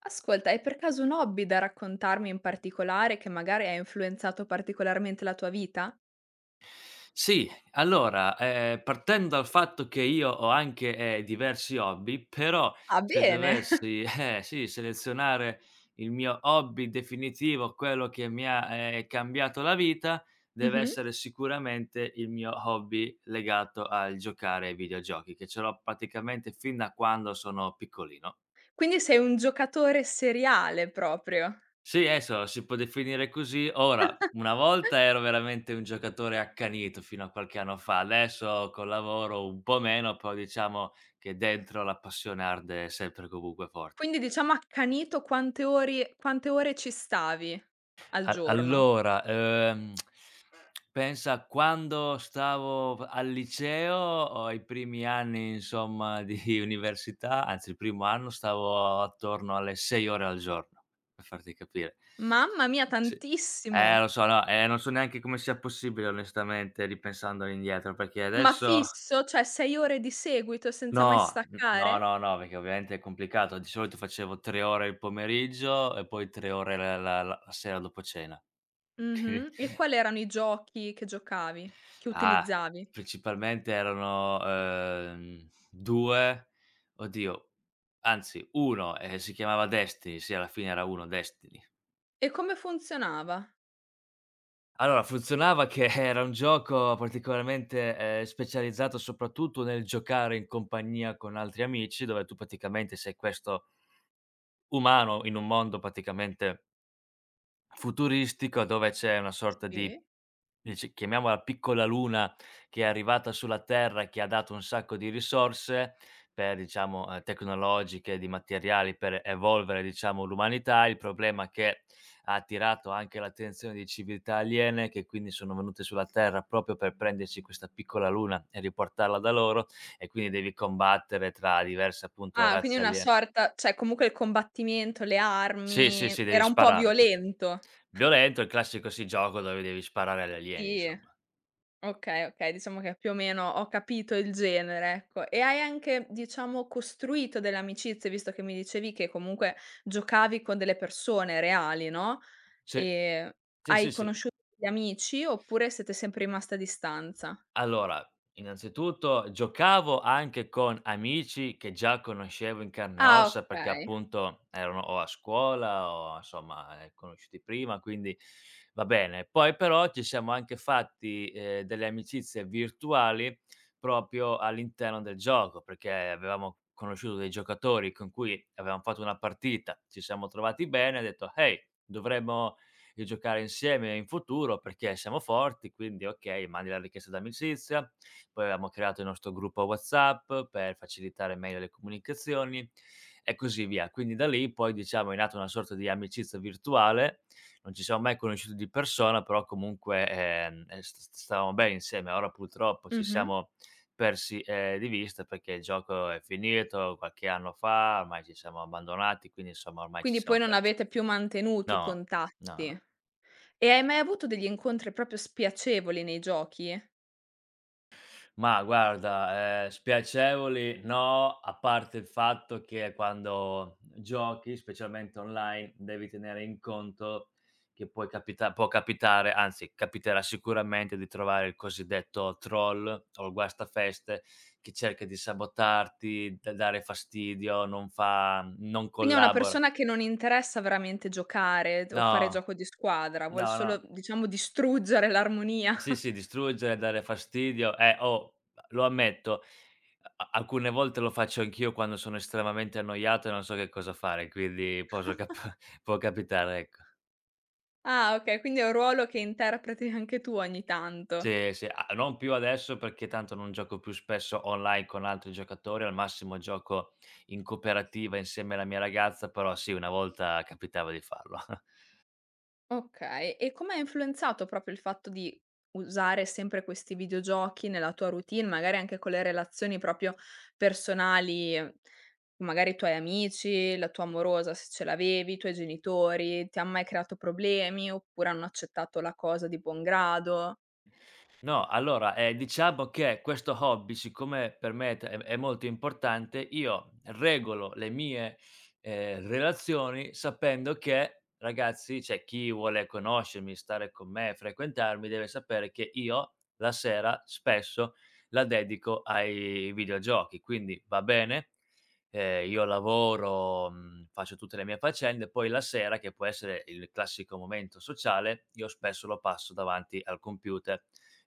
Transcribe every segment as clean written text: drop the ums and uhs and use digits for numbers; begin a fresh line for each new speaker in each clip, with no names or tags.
Ascolta, hai per caso un hobby da raccontarmi in particolare che magari ha influenzato particolarmente la tua vita?
Sì, allora, partendo dal fatto che io ho anche, diversi hobby, però
Ah,
se
bene.
dovessi, sì, selezionare il mio hobby definitivo, quello che mi ha, cambiato la vita, deve
Mh-mh.
essere sicuramente il mio hobby legato al giocare ai videogiochi, che ce l'ho praticamente fin da quando sono piccolino.
Quindi sei un giocatore seriale proprio.
Sì, adesso si può definire così. Ora, una volta ero veramente un giocatore accanito fino a qualche anno fa, adesso col lavoro un po' meno, però diciamo che dentro la passione arde sempre e comunque forte.
Quindi diciamo accanito quante ore ci stavi al
A
giorno?
allora, pensa a quando stavo al liceo o ai primi anni insomma di università, anzi il primo anno stavo attorno alle 6 ore al giorno, per farti capire.
Mamma mia,
Sì.
tantissimo.
Eh, lo so, no, non so neanche come sia possibile onestamente ripensando indietro, perché
Ma
adesso
fisso? Cioè 6 ore di seguito senza mai
no, n no,
staccare?
no, no, perché ovviamente è complicato. Di solito facevo 3 ore il pomeriggio e poi 3 ore la sera dopo cena. Quindi
Mh-mh. E quali erano i giochi che giocavi? Che
ah,
utilizzavi?
principalmente erano, 2, oddio, anzi 1, si chiamava Destiny, sì alla fine era 1 Destiny.
E come funzionava?
Allora, funzionava che era un gioco particolarmente, specializzato soprattutto nel giocare in compagnia con altri amici, dove tu praticamente sei questo umano in un mondo praticamente futuristico, dove c'è una sorta di,
Sì.
dici, chiamiamola piccola luna che è arrivata sulla Terra, che ha dato un sacco di risorse per, diciamo, tecnologiche, di materiali per evolvere, diciamo, l'umanità. Il problema è che ha attirato anche l'attenzione di civiltà aliene, che quindi sono venute sulla Terra proprio per prendersi questa piccola luna e riportarla da loro, e quindi devi combattere tra diverse, appunto,
Ah, quindi
razze
una
alien.
sorta, cioè comunque il combattimento, le
Sì, sì,
armi,
sì, devi
era un po'
sparare.
violento.
Violento, il classico sì, gioco dove devi sparare agli alieni,
Sì,
insomma.
okay, okay, diciamo che più o meno ho capito il genere, ecco. E hai anche, diciamo, costruito delle amicizie, visto che mi dicevi che comunque giocavi con delle persone reali, no,
Sì,
ehm,
sì, sì,
hai
sì.
conosciuto degli amici oppure siete sempre rimasti a distanza?
Allora, innanzitutto giocavo anche con amici che già conoscevo in carne e
Ah,
ossa, perché
okay.
appunto erano o a scuola o insomma, conosciuti prima, quindi va bene. Poi però ci siamo anche fatti, delle amicizie virtuali proprio all'interno del gioco, perché avevamo conosciuto dei giocatori con cui avevamo fatto una partita, ci siamo trovati bene, ha detto: "Hey, dovremmo di giocare insieme in futuro perché siamo forti, quindi okay, mandi la richiesta d'amicizia, poi avevamo creato il nostro gruppo WhatsApp per facilitare meglio le comunicazioni e così via". Quindi da lì poi, diciamo, è nata una sorta di amicizia virtuale, non ci siamo mai conosciuti di persona, però comunque, st st stavamo bene insieme. Ora purtroppo ci
Mh-mh.
siamo persi, di vista, perché il gioco è finito qualche anno fa, ormai ci siamo abbandonati, quindi insomma ormai ci
Quindi poi
siamo
non
persi.
avete più mantenuto i
No,
contatti.
no, no.
E hai mai avuto degli incontri proprio spiacevoli nei giochi?
Ma guarda, spiacevoli no, a parte il fatto che quando giochi, specialmente online, devi tenere in conto che puoi capita può capitare, anzi capiterà sicuramente di trovare il cosiddetto troll o il guastafeste che cerca di sabotarti, da dare fastidio, non
Quindi a una
collabora.
persona che non interessa veramente giocare o fare
No,
gioco di squadra, vuol
no,
solo
no.
diciamo distruggere l'armonia.
Sì, sì, distruggere, dare fastidio. Oh, lo ammetto, a alcune volte lo faccio anch'io quando sono estremamente annoiato e non so che cosa fare, quindi posso cap può capitare, ecco.
Ah okay, quindi è un ruolo che interpreti anche tu ogni tanto.
Sì, sì, a non più adesso perché tanto non gioco più spesso online con altri giocatori, al massimo gioco in cooperativa insieme alla mia ragazza, però sì, una volta capitava di farlo.
Okay, e come ha influenzato proprio il fatto di usare sempre questi videogiochi nella tua routine, magari anche con le relazioni proprio personali, magari i tuoi amici, la tua amorosa se ce l'avevi, i tuoi genitori, ti han mai creato problemi oppure hanno accettato la cosa di buon grado?
No, allora, diciamo che questo hobby, siccome per me t è molto importante, io regolo le mie, relazioni sapendo che, ragazzi, cioè chi vuole conoscermi, stare con me, frequentarmi, deve sapere che io la sera spesso la dedico ai videogiochi. Quindi va bene, io lavoro, faccio tutte le mie faccende, poi la sera, che può essere il classico momento sociale, io spesso lo passo davanti al computer.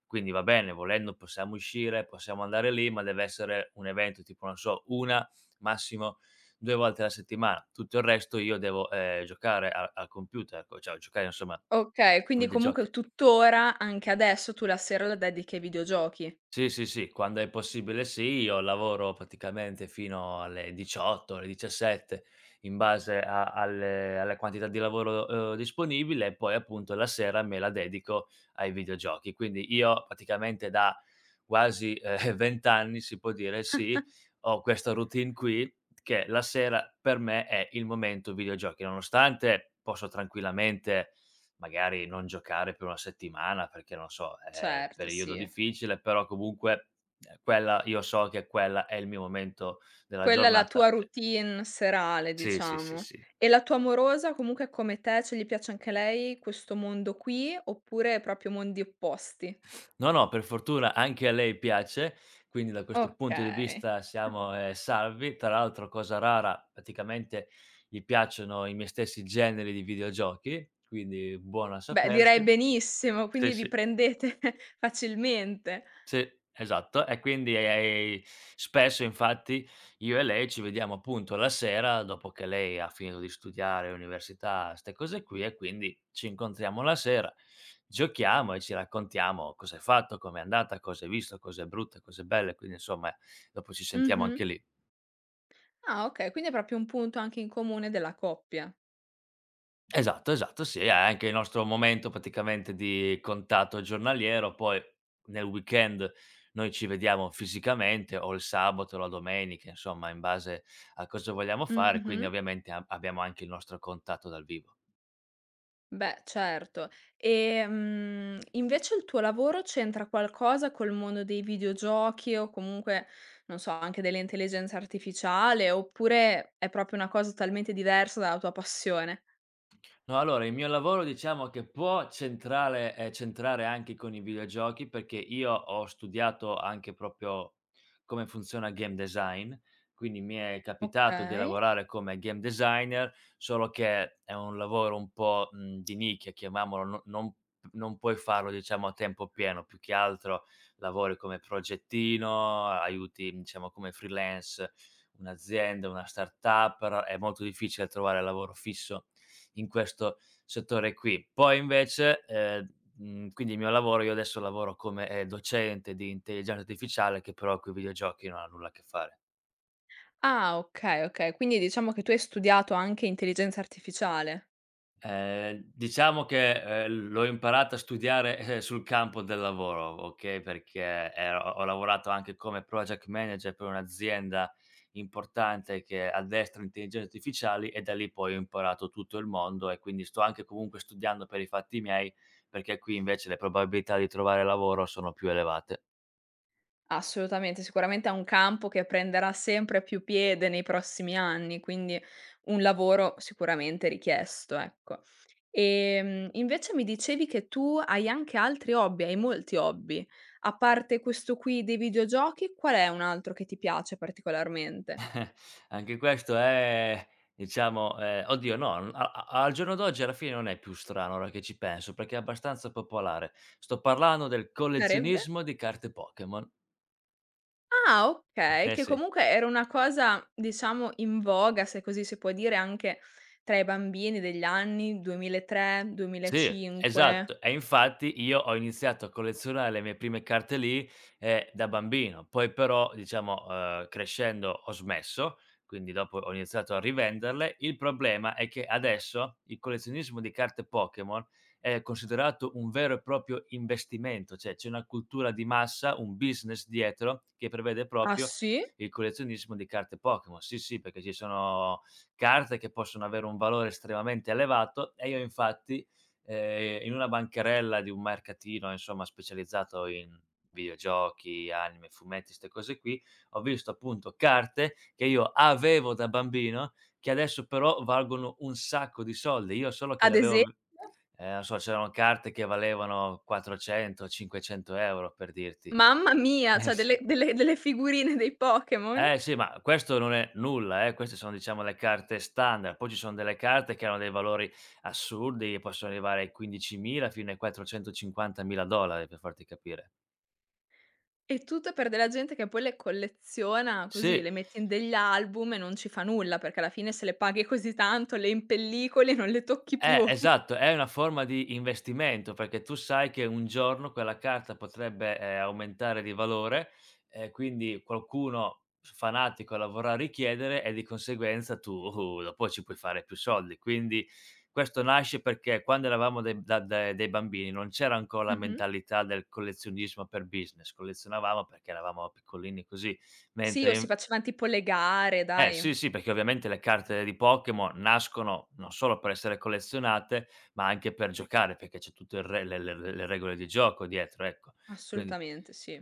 Quindi va bene, volendo possiamo uscire, possiamo andare lì, ma deve essere un evento tipo, non so, 1, massimo 2 volte alla settimana. Tutto il resto io devo, giocare a al computer, co cioè giocare, insomma, a
Okay, quindi
videogiochi.
comunque tuttora, anche adesso, tu la sera la dedichi ai videogiochi.
Sì, sì, sì, quando è possibile sì, io lavoro praticamente fino alle 18, alle 17 in base a alle alla quantità di lavoro, disponibile, e poi appunto la sera me la dedico ai videogiochi. Quindi io praticamente da quasi, 20 anni si può dire, sì, ho questa routine qui, che la sera per me è il momento videogiochi, nonostante posso tranquillamente magari non giocare per una settimana perché, non so, è
Certo,
periodo
sì.
difficile, però comunque, quella, io so che quella è il mio momento della
Quella è la
giornata,
tua
sì.
routine serale,
Sì, sì, sì,
diciamo.
sì.
E la tua amorosa comunque come te, cioè gli piace anche lei questo mondo qui, oppure proprio mondi opposti?
No, no, per fortuna anche a lei piace, quindi da questo punto di
Okay.
vista siamo, salvi. Tra l'altro cosa rara, praticamente gli piacciono i miei stessi generi di videogiochi, quindi buono a
Beh, direi
sapersi.
benissimo,
Sì,
quindi vi
sì.
prendete facilmente.
Sì, esatto. E quindi, spesso infatti io e lei ci vediamo appunto la sera dopo che lei ha finito di studiare, università, 'ste cose qui, e quindi ci incontriamo la sera, giochiamo e ci raccontiamo cosa hai fatto, com'è andata, cosa hai visto, cose brutte, cose belle, quindi insomma dopo ci sentiamo
Mh-mh.
anche lì.
Ah okay, quindi è proprio un punto anche in comune della coppia.
Esatto, esatto, sì, è anche il nostro momento praticamente di contatto giornaliero, poi nel weekend noi ci vediamo fisicamente o il sabato o la domenica, insomma, in base a cosa vogliamo fare, quindi
Mh-mh.
ovviamente a abbiamo anche il nostro contatto dal vivo.
Beh, certo. Invece il tuo lavoro c'entra qualcosa col mondo dei videogiochi o comunque, non so, anche dell'intelligenza artificiale, oppure è proprio una cosa totalmente diversa dalla tua passione?
No, allora il mio lavoro, diciamo che può centrale centrare anche con i videogiochi, perché io ho studiato anche proprio come funziona il game design, quindi mi è capitato di
Okay.
lavorare come game designer, solo che è un lavoro un po', di nicchia, chiamiamolo, no, non puoi farlo, diciamo, a tempo pieno, più che altro lavori come progettino, aiuti, diciamo, come freelance un'azienda, una startup, però è molto difficile trovare lavoro fisso in questo settore qui. Poi invece, quindi il mio lavoro, io adesso lavoro come, docente di intelligenza artificiale, che però coi videogiochi non ha nulla a che fare.
Ah, okay, okay. Quindi diciamo che tu hai studiato anche intelligenza artificiale.
Diciamo che, l'ho imparata a studiare, sul campo del lavoro, okay, perché, ho lavorato anche come project manager per un'azienda importante che addestra intelligenze artificiali, e da lì poi ho imparato tutto il mondo, e quindi sto anche comunque studiando per i fatti miei, perché qui invece le probabilità di trovare lavoro sono più elevate.
Assolutamente, sicuramente è un campo che prenderà sempre più piede nei prossimi anni, quindi un lavoro sicuramente richiesto, ecco. Invece mi dicevi che tu hai anche altri hobby, hai molti hobby. A parte questo qui dei videogiochi, qual è un altro che ti piace particolarmente?
Anche questo è, diciamo, oddio, no, n a a al giorno d'oggi alla fine non è più strano ora che ci penso, perché è abbastanza popolare. Sto parlando del
Sarebbe?
collezionismo di carte Pokémon.
Ah, okay,
Eh
che
sì.
comunque era una cosa, diciamo, in voga, se così si può dire, anche tra i bambini degli anni 2003,
Sì,
2005.
esatto. E infatti io ho iniziato a collezionare le mie prime carte lì, da bambino. Poi però, diciamo, crescendo ho smesso, quindi dopo ho iniziato a rivenderle. Il problema è che adesso il collezionismo di carte Pokémon è considerato un vero e proprio investimento, cioè c'è una cultura di massa, un business dietro che prevede
Ah
proprio
sì?
il collezionismo di carte Pokémon. Sì, sì, perché ci sono carte che possono avere un valore estremamente elevato e io infatti, in una bancarella di un mercatino, insomma, specializzato in videogiochi, anime, fumetti, 'ste cose qui, ho visto appunto carte che io avevo da bambino, che adesso però valgono un sacco di soldi. Io solo che le
Ad
avevo
esempio?
v non so, c'erano carte che valevano 400, 500 € per dirti.
Mamma mia, cioè
S
delle figurine dei Pokémon?
eh sì, ma questo non è nulla, queste sono, diciamo, le carte standard, poi ci sono delle carte che hanno dei valori assurdi, possono arrivare ai 15.000 fino ai 450.000 dollari per farti capire.
E tutto per della gente che poi le colleziona così,
Sì,
le mette in degli album e non ci fa nulla, perché alla fine se le paghi così tanto, le impellicoli e non le tocchi più.
Esatto, è una forma di investimento, perché tu sai che un giorno quella carta potrebbe, aumentare di valore, e quindi qualcuno fanatico la vorrà richiedere e di conseguenza tu, dopo ci puoi fare più soldi. Quindi questo nasce perché quando eravamo dei da de dei bambini non c'era ancora la
Mh-mh.
mentalità del collezionismo per business, collezionavamo perché eravamo piccolini così,
Sì,
mentre
o si
in...
facevan tipo le gare,
Eh
dai.
sì, sì, perché ovviamente le carte di Pokémon nascono non solo per essere collezionate, ma anche per giocare, perché c'è tutto il re le regole di gioco dietro, ecco. Quindi.
Assolutamente, sì.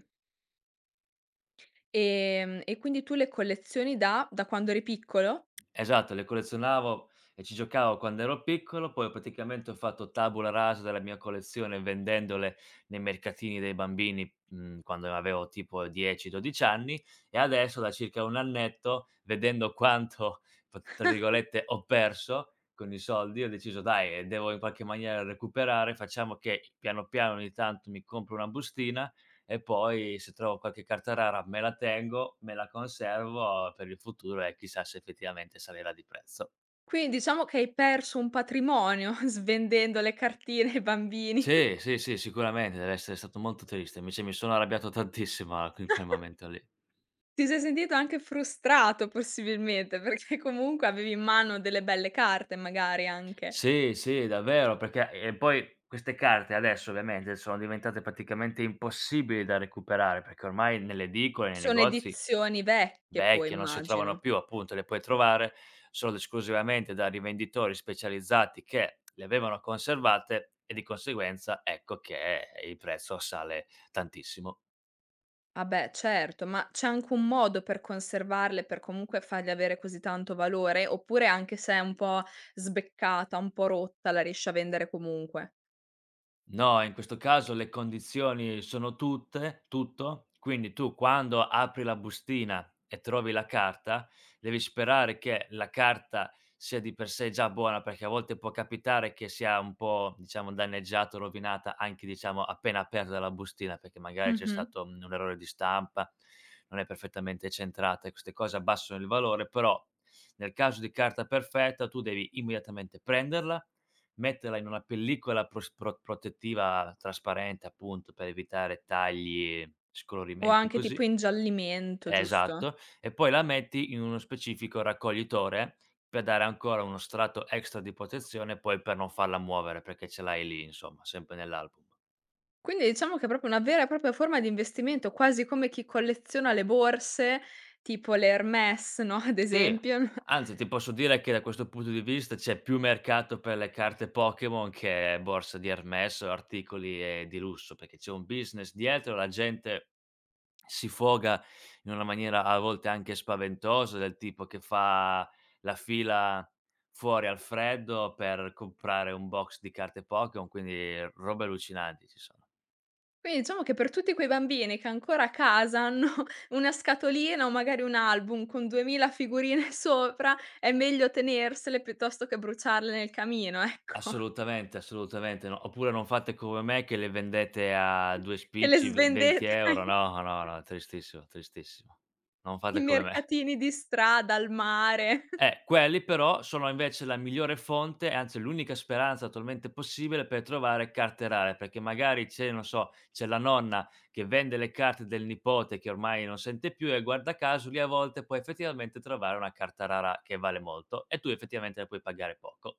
E quindi tu le collezioni da quando eri piccolo?
Esatto, le collezionavo e ci giocavo quando ero piccolo, poi praticamente ho fatto tabula rasa della mia collezione vendendole nei mercatini dei bambini, quando avevo tipo 10, 12 anni, e adesso da circa 1 annetto, vedendo quanto p tra virgolette "ho perso" con i soldi, ho deciso: "Dai, devo in qualche maniera recuperare, facciamo che piano piano ogni tanto mi compro una bustina e poi se trovo qualche carta rara me la tengo, me la conservo per il futuro e chissà se effettivamente salirà di prezzo".
Quindi diciamo che hai perso un patrimonio svendendo le cartine ai bambini.
Sì, sì, sì, sicuramente deve essere stato molto triste. Invece mi sono arrabbiato tantissimo in quel momento lì.
Ti sei sentito anche frustrato possibilmente, perché comunque avevi in mano delle belle carte magari anche.
Sì, sì, davvero, perché e poi queste carte adesso ovviamente sono diventate praticamente impossibili da recuperare, perché ormai nelle edicole, nei
Sono
negozi
edizioni vecchie poi
vecchie, non si trovano
immagino.
più, appunto, le puoi trovare solo ed esclusivamente da rivenditori specializzati che le avevano conservate, e di conseguenza ecco che il prezzo sale tantissimo.
Ah beh, certo, ma c'è anche un modo per conservarle, per comunque fargli avere così tanto valore? Oppure anche se è un po' sbeccata, un po' rotta, la riesci a vendere comunque?
No, in questo caso le condizioni sono tutte tutto, quindi tu quando apri la bustina e trovi la carta, devi sperare che la carta sia di per sé già buona, perché a volte può capitare che sia un po', diciamo, danneggiata o rovinata anche, diciamo, appena aperta la bustina, perché magari c'è
Mh-mh.
stato, un errore di stampa, non è perfettamente centrata e queste cose abbassano il valore, però nel caso di carta perfetta tu devi immediatamente prenderla, metterla in una pellicola pros pro protettiva trasparente, appunto, per evitare tagli,
O
scolorimenti,
anche tipo
così.
ingiallimento, giusto?
Esatto, e poi la metti in uno specifico raccoglitore per dare ancora uno strato extra di protezione, poi per non farla muovere, perché ce l'hai lì, insomma, sempre nell'album.
Quindi diciamo che è proprio una vera e propria forma di investimento, quasi come chi colleziona le borse, tipo le Hermès, no, ad
Sì,
esempio. No?
anzi ti posso dire che da questo punto di vista c'è più mercato per le carte Pokémon che borse di Hermès o articoli, di lusso, perché c'è un business dietro, la gente si foga in una maniera a volte anche spaventosa, del tipo che fa la fila fuori al freddo per comprare un box di carte Pokémon, quindi robe allucinanti ci sono.
Quindi diciamo che per tutti quei bambini che ancora a casa hanno una scatolina o magari un album con 2000 figurine sopra, è meglio tenersele piuttosto che bruciarle nel camino, ecco,
Assolutamente, assolutamente no. Oppure non fate come me che le vendete a 2
che le
spicci, v 20
svendete ai
€. No, no, no, tristissimo, tristissimo. Non
ai
fate come me.
mercatini di strada, al mare.
Quelli però sono invece la migliore fonte, anzi l'unica speranza attualmente possibile per trovare carte rare, perché magari c'è, non so, c'è la nonna che vende le carte del nipote che ormai non sente più e guarda caso lì a volte puoi effettivamente trovare una carta rara che vale molto e tu effettivamente la puoi pagare poco.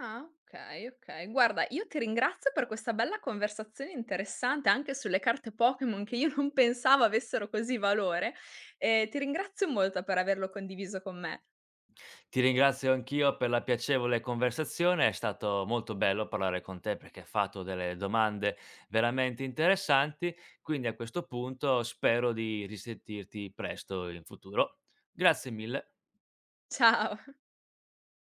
Ah, okay, okay. Guarda, io ti ringrazio per questa bella conversazione interessante anche sulle carte Pokémon che io non pensavo avessero così valore e ti ringrazio molto per averlo condiviso con me.
Ti ringrazio anch'io per la piacevole conversazione, è stato molto bello parlare con te perché hai fatto delle domande veramente interessanti, quindi a questo punto spero di risentirti presto in futuro. Grazie mille.
Ciao.